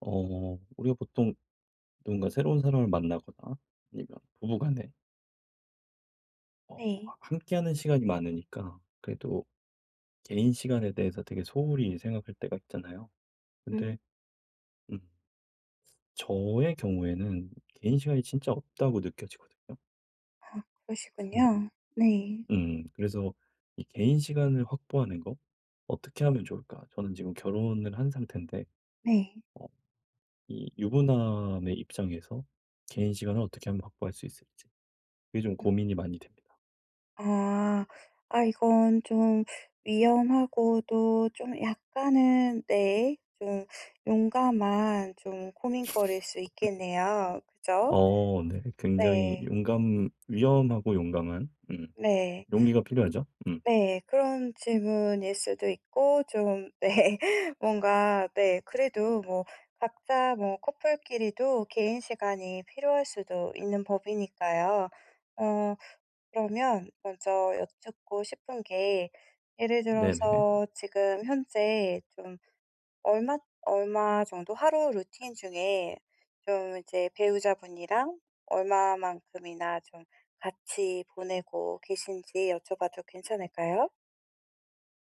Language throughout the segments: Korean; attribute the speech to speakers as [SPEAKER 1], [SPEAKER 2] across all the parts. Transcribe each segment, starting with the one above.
[SPEAKER 1] 우리가 보통 누군가 새로운 사람을 만나거나 아니면 부부 간에 어
[SPEAKER 2] 네.
[SPEAKER 1] 함께하는 시간이 많으니까 그래도 개인 시간에 대해서 되게 소홀히 생각할 때가 있잖아요.
[SPEAKER 2] 음.
[SPEAKER 1] 근데 음 저의 경우에는 개인 시간이 진짜 없다고 느껴지거든요. 음.
[SPEAKER 2] 그러시군요. 네.
[SPEAKER 1] 그래서 이 개인 시간을 확보하는 거 어떻게 하면 좋을까? 저는 지금 결혼을 한 상태인데
[SPEAKER 2] 네.
[SPEAKER 1] 어 이 유부남의 입장에서 개인 시간을 어떻게 하면 확보할 수 있을지, 그게 좀
[SPEAKER 2] 음.
[SPEAKER 1] 고민이 많이 됩니다.
[SPEAKER 2] 아. 아 이건 좀 위험하고도 좀 약간은 네 좀 용감한 좀 고민거리일 수 있겠네요. 그죠?
[SPEAKER 1] 네. 굉장히
[SPEAKER 2] 네.
[SPEAKER 1] 용감 위험하고 용감한,
[SPEAKER 2] 네.
[SPEAKER 1] 용기가 필요하죠. 음.
[SPEAKER 2] 네. 그런 질문일 수도 있고 좀 네 뭔가 네 그래도 뭐 각자 뭐 커플끼리도 개인 시간이 필요할 수도 있는 법이니까요. 어 그러면 먼저 여쭙고 싶은 게 예를
[SPEAKER 1] 네네.
[SPEAKER 2] 들어서 지금 현재 좀 얼마 정도 하루 루틴 중에 좀 이제 배우자분이랑 얼마만큼이나 좀 같이 보내고 계신지 여쭤봐도 괜찮을까요?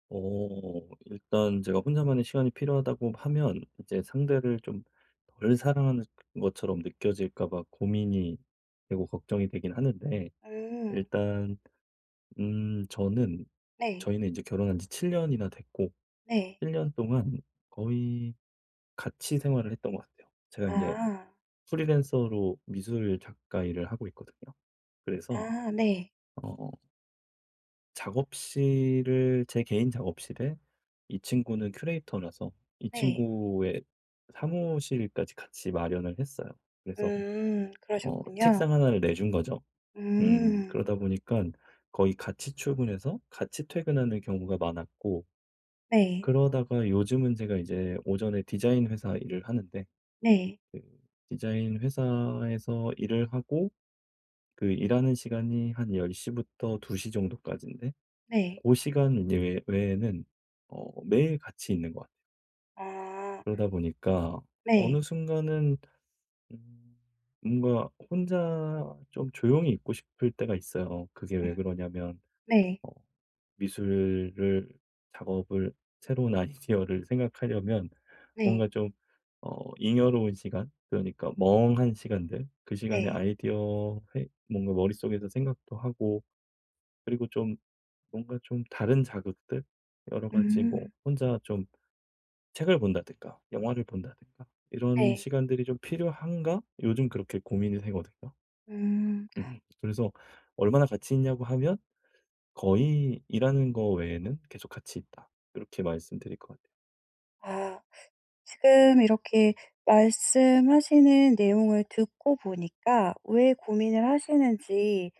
[SPEAKER 1] 어 일단 제가 혼자만의 시간이 필요하다고 하면 이제 상대를 좀 덜 사랑하는 것처럼 느껴질까 봐 고민이 되고 걱정이 되긴 하는데,
[SPEAKER 2] 음.
[SPEAKER 1] 일단 저는
[SPEAKER 2] 네.
[SPEAKER 1] 저희는 이제 결혼한 지 7년 년이나 됐고
[SPEAKER 2] 네.
[SPEAKER 1] 일 년 동안 거의 같이 생활을 했던 것 같아요. 제가 이제
[SPEAKER 2] 아.
[SPEAKER 1] 프리랜서로 미술 작가 일을 하고 있거든요. 그래서
[SPEAKER 2] 아 네.
[SPEAKER 1] 어 작업실을, 제 개인 작업실에 이 친구는 큐레이터라서 이
[SPEAKER 2] 네.
[SPEAKER 1] 친구의 사무실까지 같이 마련을 했어요. 그래서
[SPEAKER 2] 음. 그러셨군요.
[SPEAKER 1] 책상 하나를 내준 거죠.
[SPEAKER 2] 음.
[SPEAKER 1] 그러다 보니까 거의 같이 출근해서 같이 퇴근하는 경우가 많았고,
[SPEAKER 2] 네.
[SPEAKER 1] 그러다가 요즘은 제가 이제 오전에 디자인 회사 일을 하는데,
[SPEAKER 2] 네.
[SPEAKER 1] 그 디자인 회사에서 일을 하고, 그 일하는 시간이 한 10시 시부터 2시 정도까지인데,
[SPEAKER 2] 네.
[SPEAKER 1] 고 시간 외 외에는 매일 같이 있는 것 같아요.
[SPEAKER 2] 아.
[SPEAKER 1] 그러다 보니까 어느
[SPEAKER 2] 네.
[SPEAKER 1] 순간은 음 뭔가 혼자 좀 조용히 있고 싶을 때가 있어요. 그게
[SPEAKER 2] 음.
[SPEAKER 1] 왜 그러냐면,
[SPEAKER 2] 네.
[SPEAKER 1] 어 미술을 작업을, 새로운 아이디어를 생각하려면
[SPEAKER 2] 네.
[SPEAKER 1] 뭔가 좀 잉여로운 시간, 그러니까 멍한 시간들, 그 시간에
[SPEAKER 2] 네.
[SPEAKER 1] 아이디어 회 뭔가 머릿속에서 생각도 하고, 그리고 좀 뭔가 좀 다른 자극들, 여러 가지 뭐
[SPEAKER 2] 음.
[SPEAKER 1] 혼자 좀 책을 본다든가 영화를 본다든가, 이런
[SPEAKER 2] 네.
[SPEAKER 1] 시간들이 좀 필요한가? 요즘 그렇게 고민이 되거든요.
[SPEAKER 2] 음.
[SPEAKER 1] 음. 그래서 얼마나 같이 있냐고 하면 거의 일하는 거 외에는 계속 같이 있다, 이렇게 말씀드릴 것 같아요.
[SPEAKER 2] 아 지금 이렇게 말씀하시는 내용을 듣고 보니까 왜 고민을 하시는지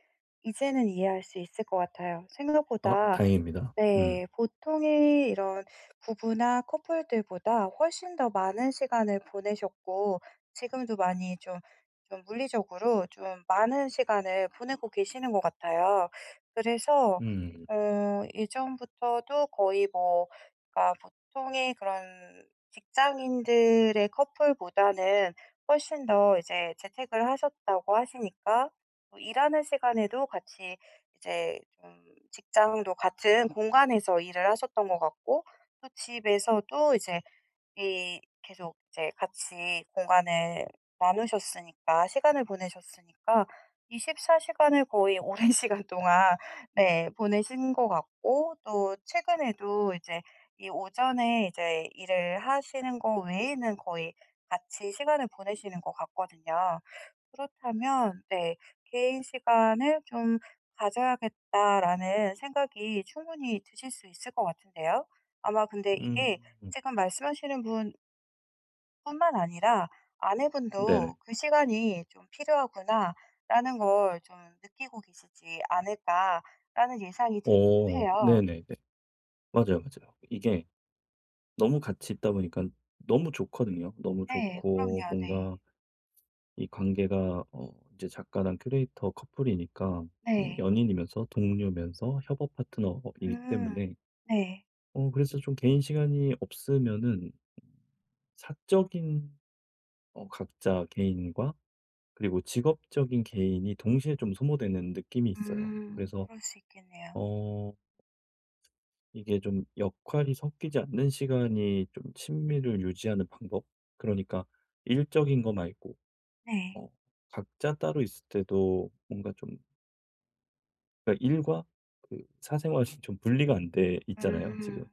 [SPEAKER 2] 이제는 이해할 수 있을 것 같아요.
[SPEAKER 1] 아,
[SPEAKER 2] 생각보다
[SPEAKER 1] 다행입니다. 음.
[SPEAKER 2] 네. 보통의 이런 부부나 커플들보다 훨씬 더 많은 시간을 보내셨고 지금도 많이 좀, 좀 물리적으로 좀 많은 시간을 보내고 계시는 것 같아요. 그래서
[SPEAKER 1] 음.
[SPEAKER 2] 어 예전부터도 거의 뭐 그러니까 보통의 그런 직장인들의 커플보다는 훨씬 더 이제 재택을 하셨다고 하시니까 뭐 일하는 시간에도 같이 이제 좀 직장도 같은 공간에서 일을 하셨던 것 같고 또 집에서도 이제 이 계속 이제 같이 공간을 나누셨으니까 시간을 보내셨으니까 24시간 시간을 거의 오랜 시간 동안 네 보내신 것 같고 또 최근에도 이제 이 오전에 이제 일을 하시는 거 외에는 거의 같이 시간을 보내시는 것 같거든요. 그렇다면 네 '개인 시간을 좀 가져야겠다.'라는 생각이 충분히 드실 수 있을 것 같은데요. 아마 근데
[SPEAKER 1] 음.
[SPEAKER 2] 이게
[SPEAKER 1] 음.
[SPEAKER 2] 지금 말씀하시는 분뿐만 아니라
[SPEAKER 1] 네네.
[SPEAKER 2] 아내분도 '그 시간이 좀 필요하구나.'라는 걸 좀 느끼고 계시지 않을까라는 예상이 들기도
[SPEAKER 1] 오,
[SPEAKER 2] 해요.
[SPEAKER 1] 네네네. 맞아요, 맞아요. 이게 너무 같이 있다 보니까 너무 좋거든요. 너무
[SPEAKER 2] 네.
[SPEAKER 1] 좋고,
[SPEAKER 2] 그럼요.
[SPEAKER 1] 뭔가
[SPEAKER 2] 네.
[SPEAKER 1] 이 관계가, 이제 작가랑 큐레이터 커플이니까,
[SPEAKER 2] 네.
[SPEAKER 1] 연인이면서 동료면서 협업 파트너이기
[SPEAKER 2] 음.
[SPEAKER 1] 때문에,
[SPEAKER 2] 네.
[SPEAKER 1] 그래서 좀 개인 시간이 없으면은 사적인, 각자 개인과 그리고 직업적인 개인이 동시에 좀 소모되는 느낌이 있어요.
[SPEAKER 2] 음.
[SPEAKER 1] 그래서
[SPEAKER 2] 그럴 수 있겠네요.
[SPEAKER 1] 어 이게 좀 역할이 섞이지 않는 시간이 좀 친밀을 유지하는 방법? 그러니까 일적인 거 말고,
[SPEAKER 2] 네.
[SPEAKER 1] 어 각자 따로 있을 때도 뭔가 좀, 그러니까 일과 그 사생활이 좀 분리가 안 돼 있잖아요,
[SPEAKER 2] 음.
[SPEAKER 1] 지금.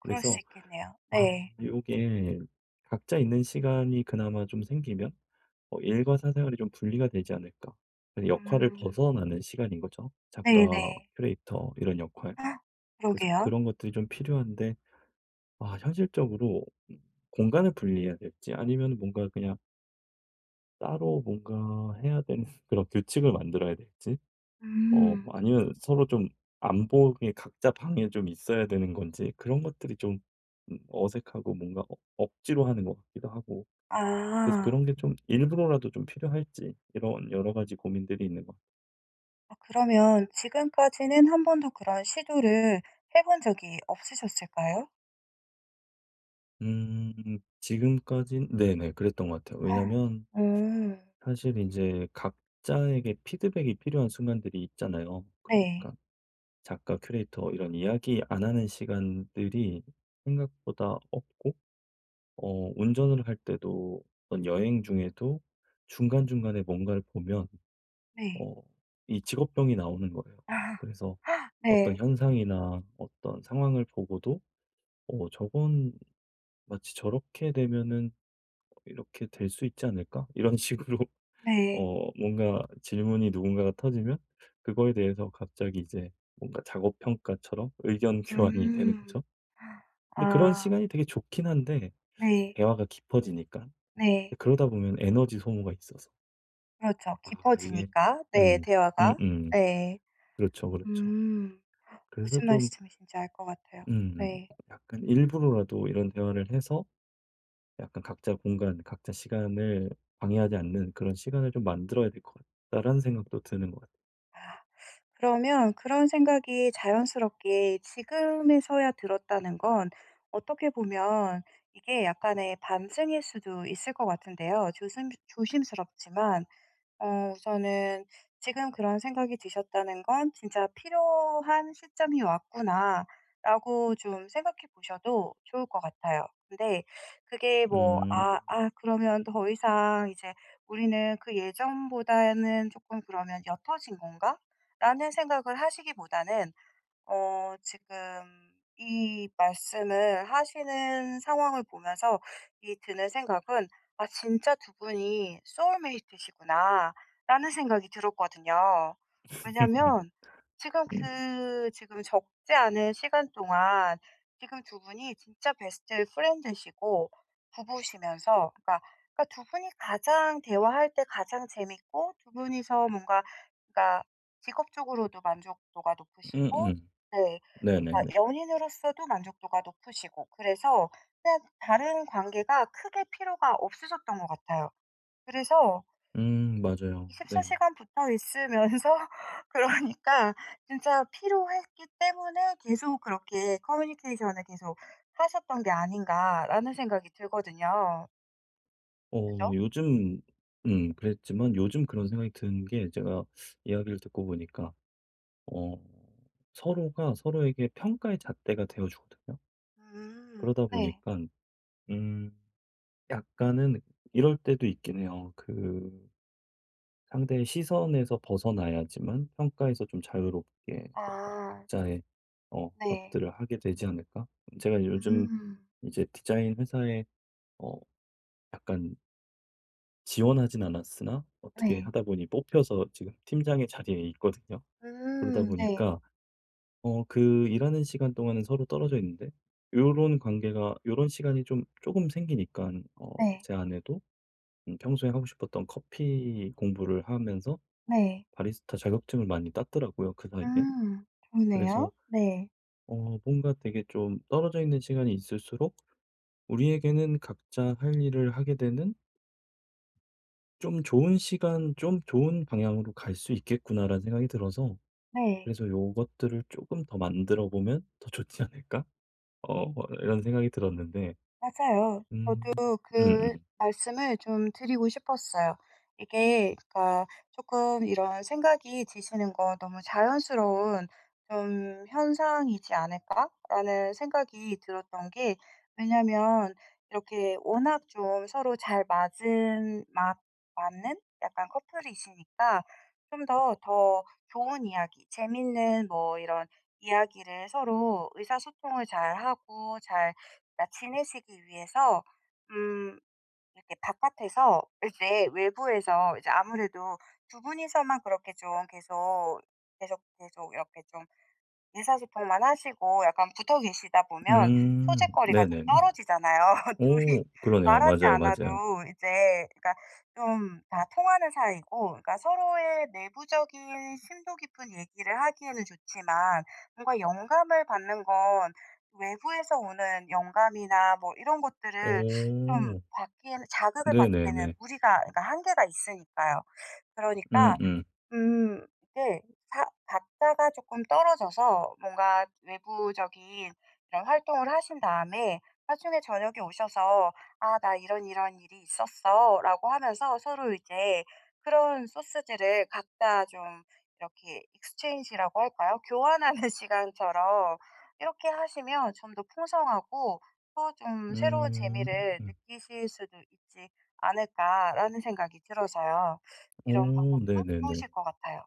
[SPEAKER 2] 그럴 수
[SPEAKER 1] 그래서
[SPEAKER 2] 있겠네요.
[SPEAKER 1] 아,
[SPEAKER 2] 네.
[SPEAKER 1] 요게 각자 있는 시간이 그나마 좀 생기면 일과 사생활이 좀 분리가 되지 않을까. 그 역할을
[SPEAKER 2] 음.
[SPEAKER 1] 벗어나는 시간인 거죠. 작가,
[SPEAKER 2] 네네.
[SPEAKER 1] 큐레이터 이런 역할.
[SPEAKER 2] 아,
[SPEAKER 1] 그래서
[SPEAKER 2] 그러게요.
[SPEAKER 1] 그런 것들이 좀 필요한데, 아, 현실적으로 음 공간을 분리해야 될지, 아니면 뭔가 그냥 따로 뭔가 해야 되는 그런 규칙을 만들어야 될지,
[SPEAKER 2] 음.
[SPEAKER 1] 아니면 서로 좀 안 보게 각자 방에 좀 있어야 되는 건지, 그런 것들이 좀 어색하고 뭔가 억 억지로 하는 것 같기도 하고, 그래서
[SPEAKER 2] 아.
[SPEAKER 1] 그런 게 좀 일부러라도 좀 필요할지, 이런 여러 가지 고민들이 있는 것 같아요.
[SPEAKER 2] 그러면 지금까지는 한 번도 그런 시도를 해본 적이 없으셨을까요?
[SPEAKER 1] 지금까진, 네네, 그랬던 것 같아요.
[SPEAKER 2] 아,
[SPEAKER 1] 왜냐면 사실 이제 각자에게 피드백이 필요한 순간들이 있잖아요.
[SPEAKER 2] 네.
[SPEAKER 1] 그러니까 작가, 큐레이터 이런 이야기 안 하는 시간들이 생각보다 없고, 운전을 할 때도, 어떤 여행 중에도 중간중간에 뭔가를 보면
[SPEAKER 2] 네.
[SPEAKER 1] 어 이 직업병이 나오는 거예요.
[SPEAKER 2] 아
[SPEAKER 1] 그래서
[SPEAKER 2] 아,
[SPEAKER 1] 어떤
[SPEAKER 2] 네.
[SPEAKER 1] 현상이나 어떤 상황을 보고도 '어 저건 마치 저렇게 되면은 이렇게 될 수 있지 않을까?' 이런 식으로,
[SPEAKER 2] 네.
[SPEAKER 1] 뭔가 질문이 누군가가 터지면 그거에 대해서 갑자기 이제 뭔가 작업 평가처럼 의견 교환이 되는
[SPEAKER 2] 음.
[SPEAKER 1] 거죠. 근데 그런
[SPEAKER 2] 아
[SPEAKER 1] 시간이 되게 좋긴 한데
[SPEAKER 2] 네.
[SPEAKER 1] 대화가 깊어지니까,
[SPEAKER 2] 네.
[SPEAKER 1] 그러다 보면 에너지 소모가 있어서.
[SPEAKER 2] 그렇죠.
[SPEAKER 1] 아, 이게,
[SPEAKER 2] 깊어지니까. 네,
[SPEAKER 1] 음.
[SPEAKER 2] 대화가.
[SPEAKER 1] 음음.
[SPEAKER 2] 네.
[SPEAKER 1] 그렇죠, 그렇죠.
[SPEAKER 2] 음.
[SPEAKER 1] 그래서
[SPEAKER 2] 무슨
[SPEAKER 1] 좀
[SPEAKER 2] 말씀이신지 알 것 같아요.
[SPEAKER 1] 음
[SPEAKER 2] 네.
[SPEAKER 1] 약간 일부러라도 이런 대화를 해서 약간 각자 공간, 각자 시간을 방해하지 않는 그런 시간을 좀 만들어야 될 것 같다라는 생각도 드는 것 같아요.
[SPEAKER 2] 그러면 그런 생각이 자연스럽게 지금에서야 들었다는 건 어떻게 보면 이게 약간의 반증일 수도 있을 것 같은데요. 조심스럽지만 우선은 지금 그런 생각이 드셨다는 건 '진짜 필요한 시점이 왔구나.'라고 좀 생각해 보셔도 좋을 것 같아요. 근데 그게 뭐
[SPEAKER 1] 음.
[SPEAKER 2] 그러면 더 이상 이제 우리는 그 예전보다는 조금 그러면 옅어진 건가?'라는 생각을 하시기보다는 어, 지금 이 말씀을 하시는 상황을 보면서 이 드는 생각은 아, 진짜 두 분이 소울메이트시구나 라는 생각이 들었거든요. 왜냐면 지금
[SPEAKER 1] 음
[SPEAKER 2] 그 지금 적지 않은 시간 동안 지금 두 분이 진짜 베스트 프렌드시고 부부시면서 그러니까 두 분이 가장 대화할 때 가장 재밌고 두 분이서 뭔가 그러니까 직업적으로도 만족도가 높으시고
[SPEAKER 1] 음음.
[SPEAKER 2] 네.
[SPEAKER 1] 네네네.
[SPEAKER 2] 그러니까 연인으로서도 만족도가 높으시고 그래서 그냥 다른 관계가 크게 필요가 없으셨던 것 같아요. 그래서
[SPEAKER 1] 맞아요.
[SPEAKER 2] 24시간
[SPEAKER 1] 네.
[SPEAKER 2] 시간 붙어 있으면서 그러니까 진짜 필요했기 때문에 계속 그렇게 커뮤니케이션을 계속 하셨던 게 아닌가라는 생각이 들거든요. 그죠?
[SPEAKER 1] 요즘, 그랬지만 요즘 그런 생각이 든 게, 제가 이야기를 듣고 보니까 어 서로가 서로에게 평가의 잣대가 되어 주거든요.
[SPEAKER 2] 음.
[SPEAKER 1] 그러다 보니
[SPEAKER 2] 네.
[SPEAKER 1] 까 음 약간은 이럴 때도 있긴 해요. 그 상대의 시선에서 벗어나야지만 평가에서 좀 자유롭게 뭔가
[SPEAKER 2] 아
[SPEAKER 1] 각자의
[SPEAKER 2] 네.
[SPEAKER 1] 것들을 하게 되지 않을까? 제가 요즘
[SPEAKER 2] 음.
[SPEAKER 1] 이제 디자인 회사에 어 약간 지원하진 않았으나 어떻게
[SPEAKER 2] 네.
[SPEAKER 1] 하다 보니 뽑혀서 지금 팀장의 자리에 있거든요. 그러다
[SPEAKER 2] 음. 네.
[SPEAKER 1] 보니까 그 일하는 시간 동안은 서로 떨어져 있는데, 요런 관계가, 요런 시간이 좀 조금 생기니까
[SPEAKER 2] 네.
[SPEAKER 1] 제 아내도 평소에 하고 싶었던 커피 공부를 하면서
[SPEAKER 2] 네.
[SPEAKER 1] 바리스타 자격증을 많이 땄더라고요, 그 사이에.
[SPEAKER 2] 음. 좋네요.
[SPEAKER 1] 그래서
[SPEAKER 2] 네.
[SPEAKER 1] 뭔가 되게 좀 떨어져 있는 시간이 있을수록 우리에게는 각자 할 일을 하게 되는, '좀 좋은 시간, 좀 좋은 방향으로 갈 수 있겠구나.'라는 생각이 들어서,
[SPEAKER 2] 네.
[SPEAKER 1] 그래서 '요것들을 조금 더 만들어 보면 더 좋지 않을까?' 어 이런 생각이 들었는데.
[SPEAKER 2] 맞아요.
[SPEAKER 1] 음.
[SPEAKER 2] 그
[SPEAKER 1] 음음.
[SPEAKER 2] 말씀을 좀 드리고 싶었어요. 이게 그러니까 조금 이런 생각이 드시는 건 '너무 자연스러운 좀 현상이지 않을까?'라는 생각이 들었던 게 왜냐면 이렇게 워낙 좀 서로 잘 맞은 맞 맞는 약간 커플이시니까 좀 더 좋은 이야기, 재밌는 뭐 이런 이야기를 서로 의사소통을 잘하고 잘 그러니까 지내시기 위해서 음 이렇게 바깥에서 이제 외부에서 이제 아무래도 두 분이서만 그렇게 좀 계속 이렇게 좀 의사소통만 하시고 약간 붙어 계시다
[SPEAKER 1] 음.
[SPEAKER 2] 보면
[SPEAKER 1] 음.
[SPEAKER 2] 소재거리가 좀
[SPEAKER 1] 네네네.
[SPEAKER 2] 떨어지잖아요. 둘이
[SPEAKER 1] 오 그러네요.
[SPEAKER 2] 말하지
[SPEAKER 1] 맞아요, 맞아요.
[SPEAKER 2] 않아도 이제 그러니까 좀 다 통하는 사이고 그러니까 서로의 내부적인 심도 깊은 얘기를 하기에는 좋지만 뭔가 영감을 받는 건 외부에서 오는 영감이나 뭐 이런 것들을 좀
[SPEAKER 1] 오.
[SPEAKER 2] 받기에는 자극을 받기에는
[SPEAKER 1] 네네네.
[SPEAKER 2] 무리가 그러니까 한계가 있으니까요. 그러니까
[SPEAKER 1] 음음.
[SPEAKER 2] 음. 그 사 각자가 조금 떨어져서 뭔가 외부적인 이런 활동을 하신 다음에 나중에 저녁에 오셔서 "아 나 이런 일이 있었어."라고 하면서 서로 이제 그런 소스들을 각자 좀 이렇게 exchange라고 할까요? 교환하는 시간처럼 이렇게 하시면 좀 더 풍성하고 또 좀 '새로운
[SPEAKER 1] 음.
[SPEAKER 2] 재미를
[SPEAKER 1] 음.
[SPEAKER 2] 느끼실 수도 있지 않을까.'라는 생각이 들어서요. 이런
[SPEAKER 1] 오
[SPEAKER 2] 방법도
[SPEAKER 1] 네네네.
[SPEAKER 2] 좋으실 것 같아요.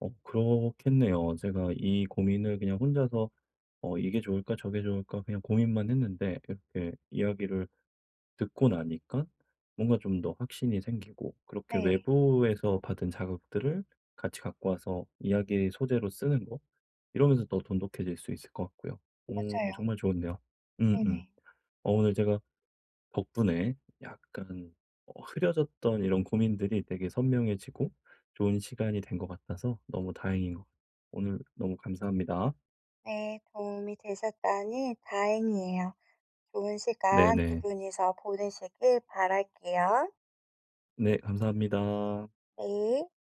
[SPEAKER 1] 그렇겠네요. 제가 이 고민을 그냥 혼자서 '어 이게 좋을까? 저게 좋을까?' 그냥 고민만 했는데, 이렇게 이야기를 듣고 나니까 뭔가 좀 더 확신이 생기고, 그렇게
[SPEAKER 2] 네.
[SPEAKER 1] 외부에서 받은 자극들을 같이 갖고 와서 이야기 소재로 쓰는 거, 이러면서 더 돈독해질 수 있을 것 같고요. 오,
[SPEAKER 2] 맞아요.
[SPEAKER 1] 정말 좋은데요. 음음.
[SPEAKER 2] 네네.
[SPEAKER 1] 오늘 제가 덕분에 약간 흐려졌던 이런 고민들이 되게 선명해지고 좋은 시간이 된 것 같아서 너무 다행인 것 같아요. 오늘 너무 감사합니다.
[SPEAKER 2] 네. 도움이 되셨다니 다행이에요. 좋은 시간 두
[SPEAKER 1] 네네.
[SPEAKER 2] 분이서 보내시길 바랄게요.
[SPEAKER 1] 네, 감사합니다.
[SPEAKER 2] 네.